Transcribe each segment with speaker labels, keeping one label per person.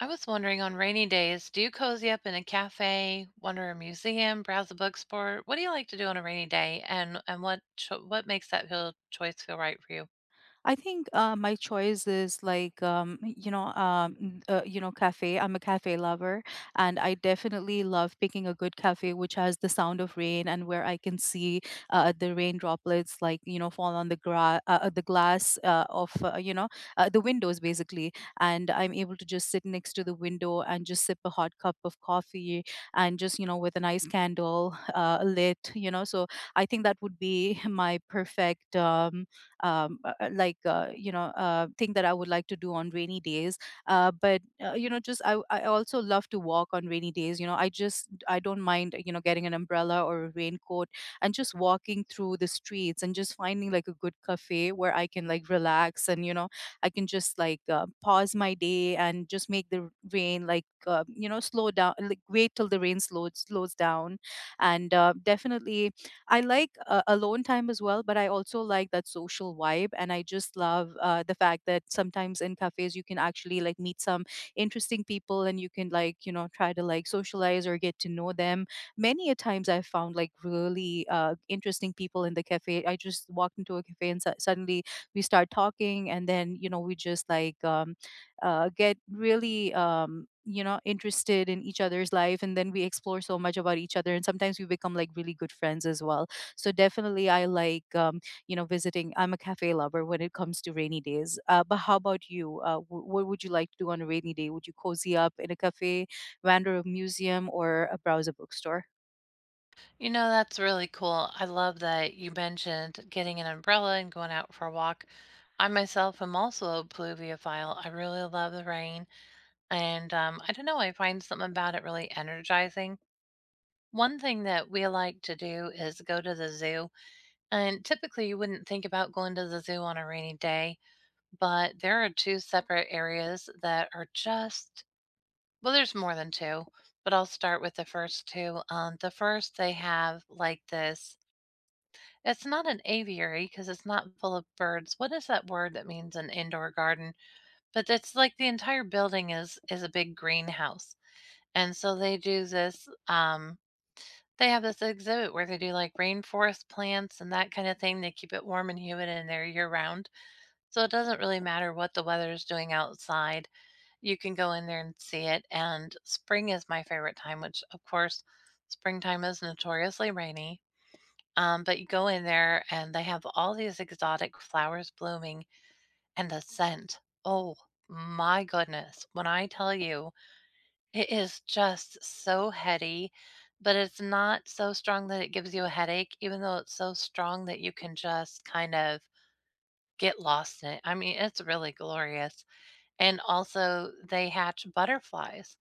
Speaker 1: I was wondering, on rainy days, do you cozy up in a cafe, wander a museum, browse a bookstore? What do you like to do on a rainy day, and what makes that feel choice feel right for you?
Speaker 2: I think my choice is like you know n- you know cafe. I'm a cafe lover, and I definitely love picking a good cafe which has the sound of rain and where I can see the rain droplets fall on the the glass of the windows basically, and I'm able to just sit next to the window and just sip a hot cup of coffee and just with a nice candle lit. You know, so I think that would be my perfect. Like you know Thing that I would like to do on rainy days. But you know, just I also love to walk on rainy days. You know, I just I don't mind getting an umbrella or a raincoat and just walking through the streets and just finding like a good cafe where I can like relax, and you know I can just pause my day and just make the rain slow down, like wait till the rain slows down. And definitely I like alone time as well, but I also like that social vibe. And I just love the fact that sometimes in cafes, you can actually like meet some interesting people and you can, like, you know, try to like socialize or get to know them. Many a times I've found like really interesting people in the cafe. I just walked into a cafe and suddenly we start talking and then, you know, we just get really you know interested in each other's life, and then we explore so much about each other, and sometimes we become like really good friends as well. So definitely I like you know visiting. I'm a cafe lover when it comes to rainy days. But how about you? What would you like to do on a rainy day? Would you cozy up in a cafe, wander a museum, or browse a bookstore?
Speaker 1: You know, that's really cool. I love that you mentioned getting an umbrella and going out for a walk. I myself am also a pluviophile. I really love the rain, and I don't know, I find something about it really energizing. One thing that we like to do is go to the zoo, and typically you wouldn't think about going to the zoo on a rainy day, but there are two separate areas that are just, well, there's more than two, but I'll start with the first two. The first, they have like this, it's not an aviary because it's not full of birds. What is that word that means an indoor garden? But it's like the entire building is a big greenhouse, and so they do this. They have this exhibit where they do like rainforest plants and that kind of thing. They keep it warm and humid in there year round, so it doesn't really matter what the weather is doing outside. You can go in there and see it, and spring is my favorite time, which, of course, springtime is notoriously rainy. But you go in there and they have all these exotic flowers blooming, and the scent. Oh my goodness. When I tell you, it is just so heady, but it's not so strong that it gives you a headache, even though it's so strong that you can just kind of get lost in it. I mean, it's really glorious. And also, they hatch butterflies.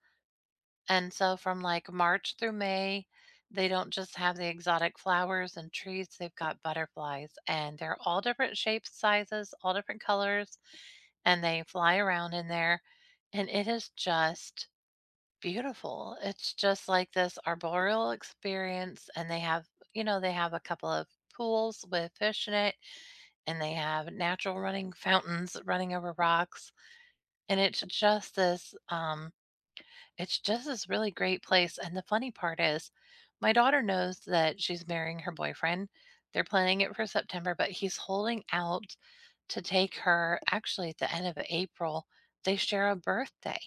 Speaker 1: And so from like March through May, they don't just have the exotic flowers and trees, they've got butterflies, and they're all different shapes, sizes, all different colors, and they fly around in there. And it is just beautiful. It's just like this arboreal experience. And they have, you know, they have a couple of pools with fish in it, and they have natural running fountains running over rocks. And it's just this, it's just this really great place. And the funny part is, my daughter knows that she's marrying her boyfriend. They're planning it for September, but he's holding out to take her actually at the end of April. They share a birthday.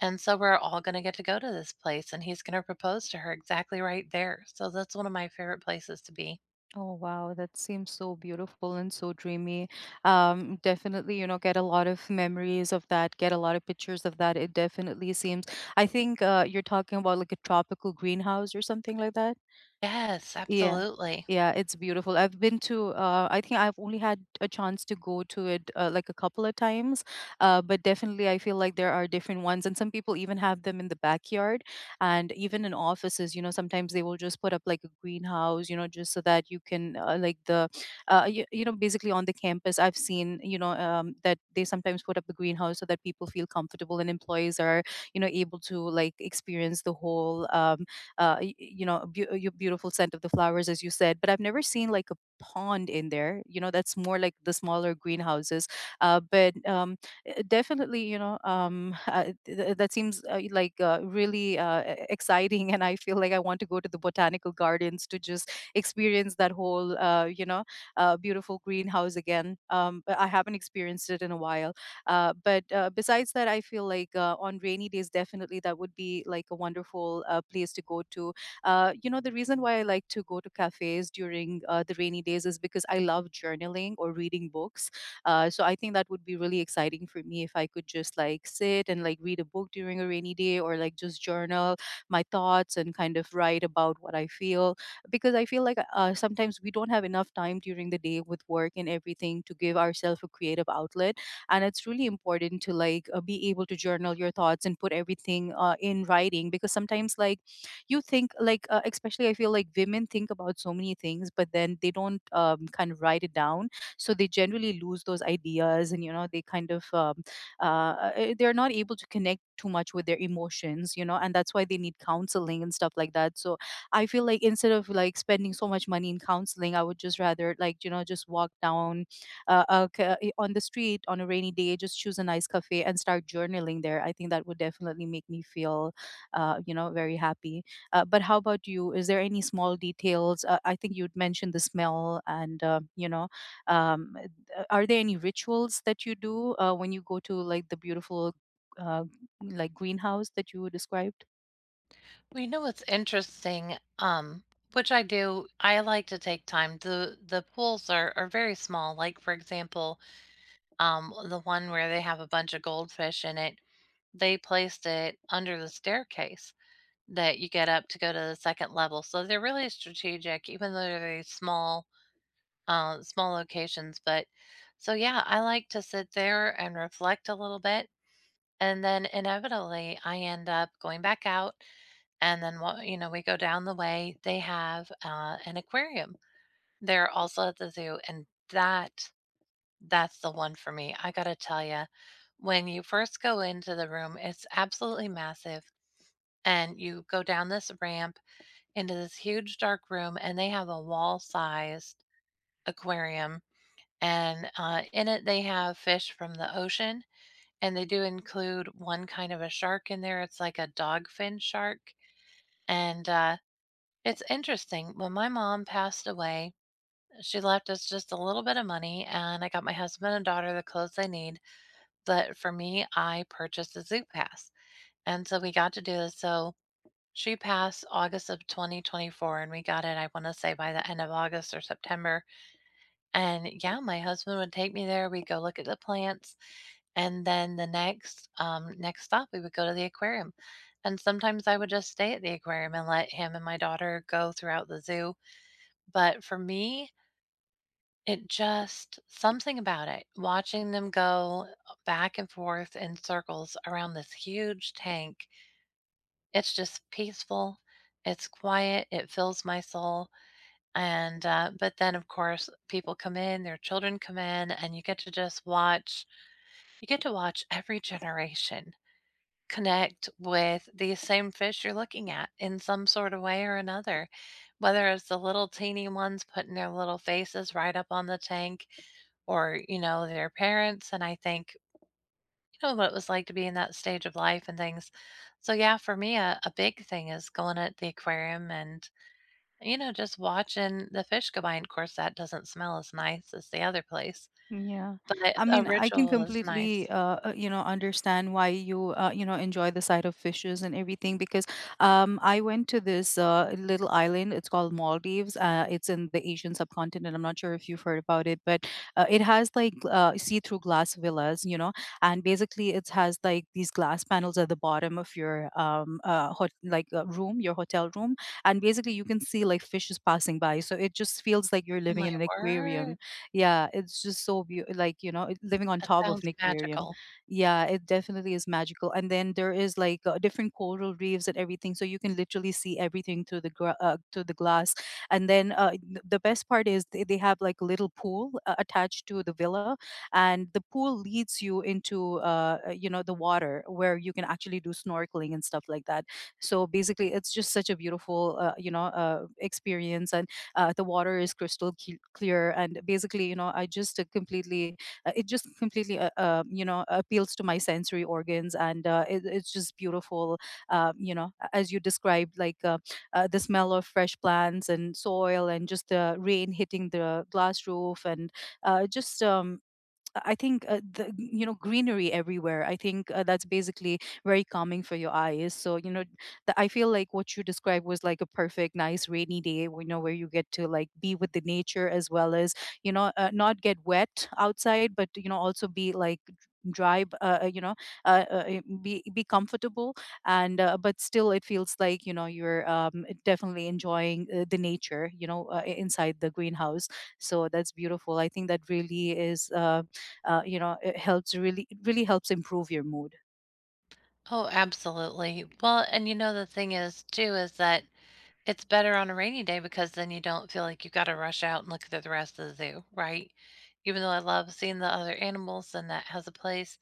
Speaker 1: And so we're all going to get to go to this place, and he's going to propose to her exactly right there. So that's one of my favorite places to be.
Speaker 2: Oh wow, that seems so beautiful and so dreamy. Definitely, you know, get a lot of memories of that, get a lot of pictures of that. It definitely seems, I think you're talking about like a tropical greenhouse or something like that.
Speaker 1: Yes,
Speaker 2: Yeah.
Speaker 1: absolutely.
Speaker 2: Yeah, it's beautiful. I've been to I think I've only had a chance to go to it like a couple of times, but definitely I feel like there are different ones, and some people even have them in the backyard, and even in offices. You know, sometimes they will just put up like a greenhouse, you know, just so that you can like the, you, you know, basically on the campus. I've seen that they sometimes put up the greenhouse so that people feel comfortable and employees are you know able to like experience the whole. Uh, y- you know, a your beautiful scent of the flowers, as you said. But I've never seen like a pond in there. You know, that's more like the smaller greenhouses. But Definitely, you know, that seems like really exciting, and I feel like I want to go to the botanical gardens to just experience that whole, you know, beautiful greenhouse again. But I haven't experienced it in a while. But besides that, I feel like on rainy days, definitely that would be like a wonderful place to go to. You know, the reason why I like to go to cafes during the rainy days is because I love journaling or reading books. So I think that would be really exciting for me if I could just like sit and like read a book during a rainy day or like just journal my thoughts and kind of write about what I feel. Because I feel like sometimes we don't have enough time during the day with work and everything to give ourselves a creative outlet, and it's really important to be able to journal your thoughts and put everything in writing, because sometimes like you think especially I feel like women think about so many things, but then they don't kind of write it down, so they generally lose those ideas, and you know they kind of they're not able to connect too much with their emotions, you know, and that's why they need counseling and stuff like that. So I feel like instead of like spending so much money in counseling, I would just rather like you know just walk down on the street on a rainy day, just choose a nice cafe and start journaling there. I think that would definitely make me feel, you know, very happy. But how about you? Is there any small details? I think you'd mentioned the smell, and you know, um, are there any rituals that you do when you go to like the beautiful, uh, like greenhouse that you described?
Speaker 1: Well, you know what's interesting? Which I do, I like to take time. The pools are very small. Like, for example, the one where they have a bunch of goldfish in it, they placed it under the staircase that you get up to go to the second level. So they're really strategic, even though they're these small, small locations. But so yeah, I like to sit there and reflect a little bit. And then inevitably, I end up going back out. And then, you know, we go down the way. They have an aquarium there also at the zoo. And that's the one for me. I gotta tell you, when you first go into the room, it's absolutely massive, and you go down this ramp into this huge dark room, and they have a wall-sized aquarium, and, in it, they have fish from the ocean, and they do include one kind of a shark in there. It's like a dogfin shark, and it's interesting. When my mom passed away, she left us just a little bit of money, and I got my husband and daughter the clothes they need. But for me, I purchased a Zoo Pass, and so we got to do this. So she passed August of 2024, and we got it, I want to say, by the end of August or September. And yeah, my husband would take me there. We'd go look at the plants, and then the next stop, we would go to the aquarium. And sometimes I would just stay at the aquarium and let him and my daughter go throughout the zoo. But for me, it just something about it, watching them go back and forth in circles around this huge tank. It's just peaceful, it's quiet, it fills my soul, and but then, of course, people come in, their children come in, and you get to just watch you get to watch every generation connect with these same fish you're looking at in some sort of way or another, whether it's the little teeny ones putting their little faces right up on the tank, or you know, their parents, and I think, you know, what it was like to be in that stage of life and things. So yeah, for me, a big thing is going at the aquarium and, you know, just watching the fish go by. And of course, that doesn't smell as nice as the other place,
Speaker 2: Yeah.
Speaker 1: but
Speaker 2: I
Speaker 1: a
Speaker 2: mean, I can
Speaker 1: ritual is
Speaker 2: completely,
Speaker 1: nice.
Speaker 2: you know, understand why you, you know, enjoy the sight of fishes and everything because I went to this little island. It's called Maldives. It's in the Asian subcontinent. I'm not sure if you've heard about it, but it has like see-through glass villas, you know, and basically it has like these glass panels at the bottom of your hot, like room, your hotel room, and basically you can see like fishes passing by. So it just feels like you're
Speaker 1: Oh
Speaker 2: living
Speaker 1: my
Speaker 2: in an aquarium.
Speaker 1: word,
Speaker 2: Yeah, it's just so beautiful. Like, you know, it- living on
Speaker 1: that
Speaker 2: top of an
Speaker 1: sounds
Speaker 2: aquarium.
Speaker 1: magical.
Speaker 2: Yeah, it definitely is magical. And then there is like different coral reefs and everything. So you can literally see everything through the, through the glass. And then the best part is they have like a little pool attached to the villa. And the pool leads you into, you know, the water where you can actually do snorkeling and stuff like that. So basically it's just such a beautiful experience. The water is crystal clear, and basically, you know, I just it just completely, you know, appeals to my sensory organs, and it, it's just beautiful. You know, as you described, like the smell of fresh plants and soil, and just the rain hitting the glass roof, and just I think the you know greenery everywhere. I think that's basically very calming for your eyes. So you know, the, I feel like what you described was like a perfect, nice rainy day. You know, where you get to like be with the nature as well as you know not get wet outside, but you know also be like dry. You know, be comfortable and but still it feels like you know you're definitely enjoying the nature. You know, inside the greenhouse. So that's beautiful. I think that really is. You know it helps, really it really helps improve your mood.
Speaker 1: Oh, absolutely. Well, and you know, the thing is, too, is that it's better on a rainy day, because then you don't feel like you've got to rush out and look at the rest of the zoo, right? Even though I love seeing the other animals and that has a place,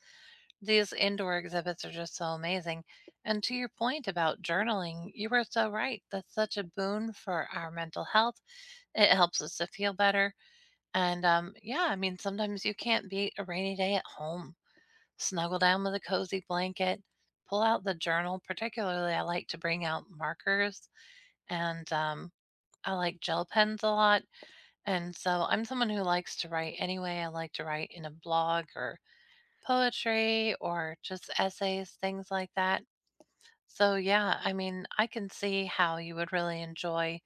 Speaker 1: these indoor exhibits are just so amazing. And to your point about journaling, you were so right. That's such a boon for our mental health. It helps us to feel better. And yeah, I mean, sometimes you can't beat a rainy day at home. Snuggle down with a cozy blanket, pull out the journal. Particularly, I like to bring out markers and I like gel pens a lot. And so I'm someone who likes to write anyway. I like to write in a blog, or poetry, or just essays, things like that. So, yeah, I mean, I can see how you would really enjoy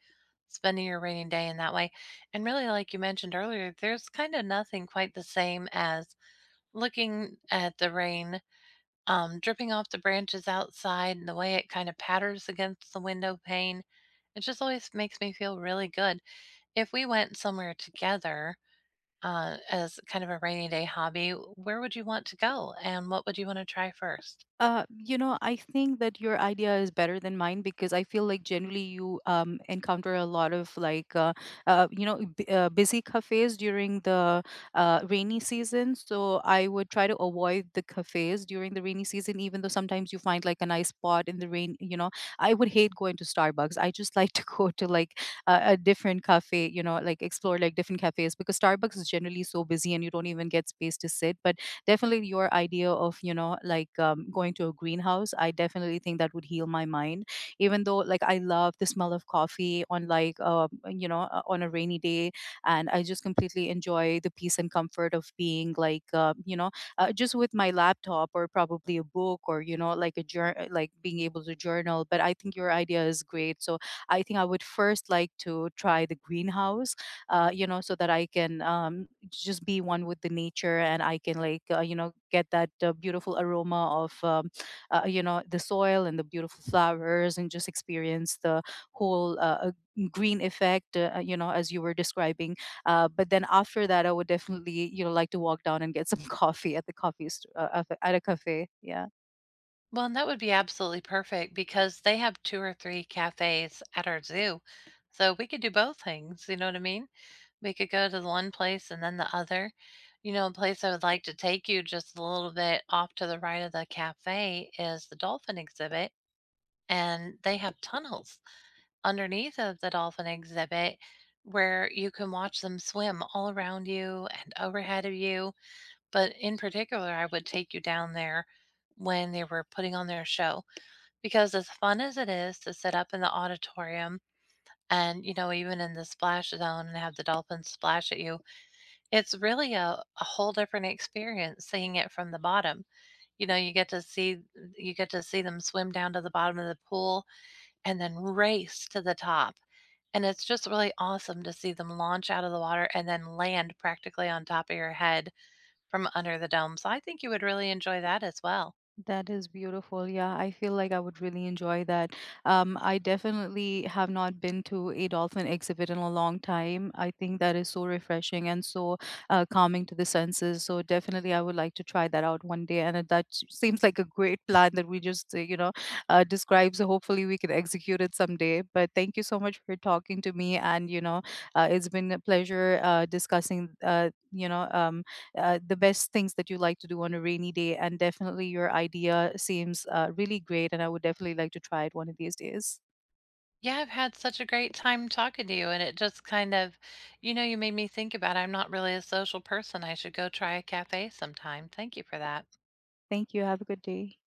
Speaker 1: spending your rainy day in that way. And really, like you mentioned earlier, there's kind of nothing quite the same as looking at the rain dripping off the branches outside and the way it kind of patters against the window pane. It just always makes me feel really good. If we went somewhere together, as kind of a rainy day hobby, where would you want to go and what would you want to try first?
Speaker 2: You know, I think that your idea is better than mine because I feel like generally you encounter a lot of like, you know, busy cafes during the rainy season. So I would try to avoid the cafes during the rainy season, even though sometimes you find like a nice spot in the rain. You know, I would hate going to Starbucks. I just like to go to like a different cafe, you know, like explore like different cafes because Starbucks is generally so busy and you don't even get space to sit. But definitely your idea of you know going to a greenhouse, I definitely think that would heal my mind, even though like I love the smell of coffee on on a rainy day, and I just completely enjoy the peace and comfort of being you know just with my laptop or probably a book or you know like a like being able to journal. But I think your idea is great. So I think I would first like to try the greenhouse. You know, so that I can just be one with the nature, and I can you know get that beautiful aroma of you know the soil and the beautiful flowers, and just experience the whole green effect, you know as you were describing. But then after that I would definitely you know like to walk down and get some coffee at the at a cafe. Yeah.
Speaker 1: Well, and that would be absolutely perfect because they have two or three cafes at our zoo. So we could do both things. You know what I mean? We could go to the one place and then the other. You know, a place I would like to take you just a little bit off to the right of the cafe is the dolphin exhibit, and they have tunnels underneath of the dolphin exhibit, where you can watch them swim all around you and overhead of you. But in particular, I would take you down there when they were putting on their show, because as fun as it is to sit up in the auditorium, and you know, even in the splash zone, and have the dolphins splash at you, it's really a whole different experience seeing it from the bottom. You know, you get to see them swim down to the bottom of the pool and then race to the top. And it's just really awesome to see them launch out of the water and then land practically on top of your head from under the dome. So I think you would really enjoy that as well.
Speaker 2: That is beautiful. Yeah, I feel like I would really enjoy that. I definitely have not been to a dolphin exhibit in a long time. I think that is so refreshing and so calming to the senses. So definitely, I would like to try that out one day. And that seems like a great plan that we just, you know, described. So hopefully, we can execute it someday. But thank you so much for talking to me, and you know, it's been a pleasure discussing, you know, the best things that you like to do on a rainy day. And definitely your idea seems really great. And I would definitely like to try it one of these days.
Speaker 1: Yeah, I've had such a great time talking to you. And it just kind of, you know, you made me think about, I'm not really a social person. I should go try a cafe sometime. Thank you for that.
Speaker 2: Thank you. Have a good day.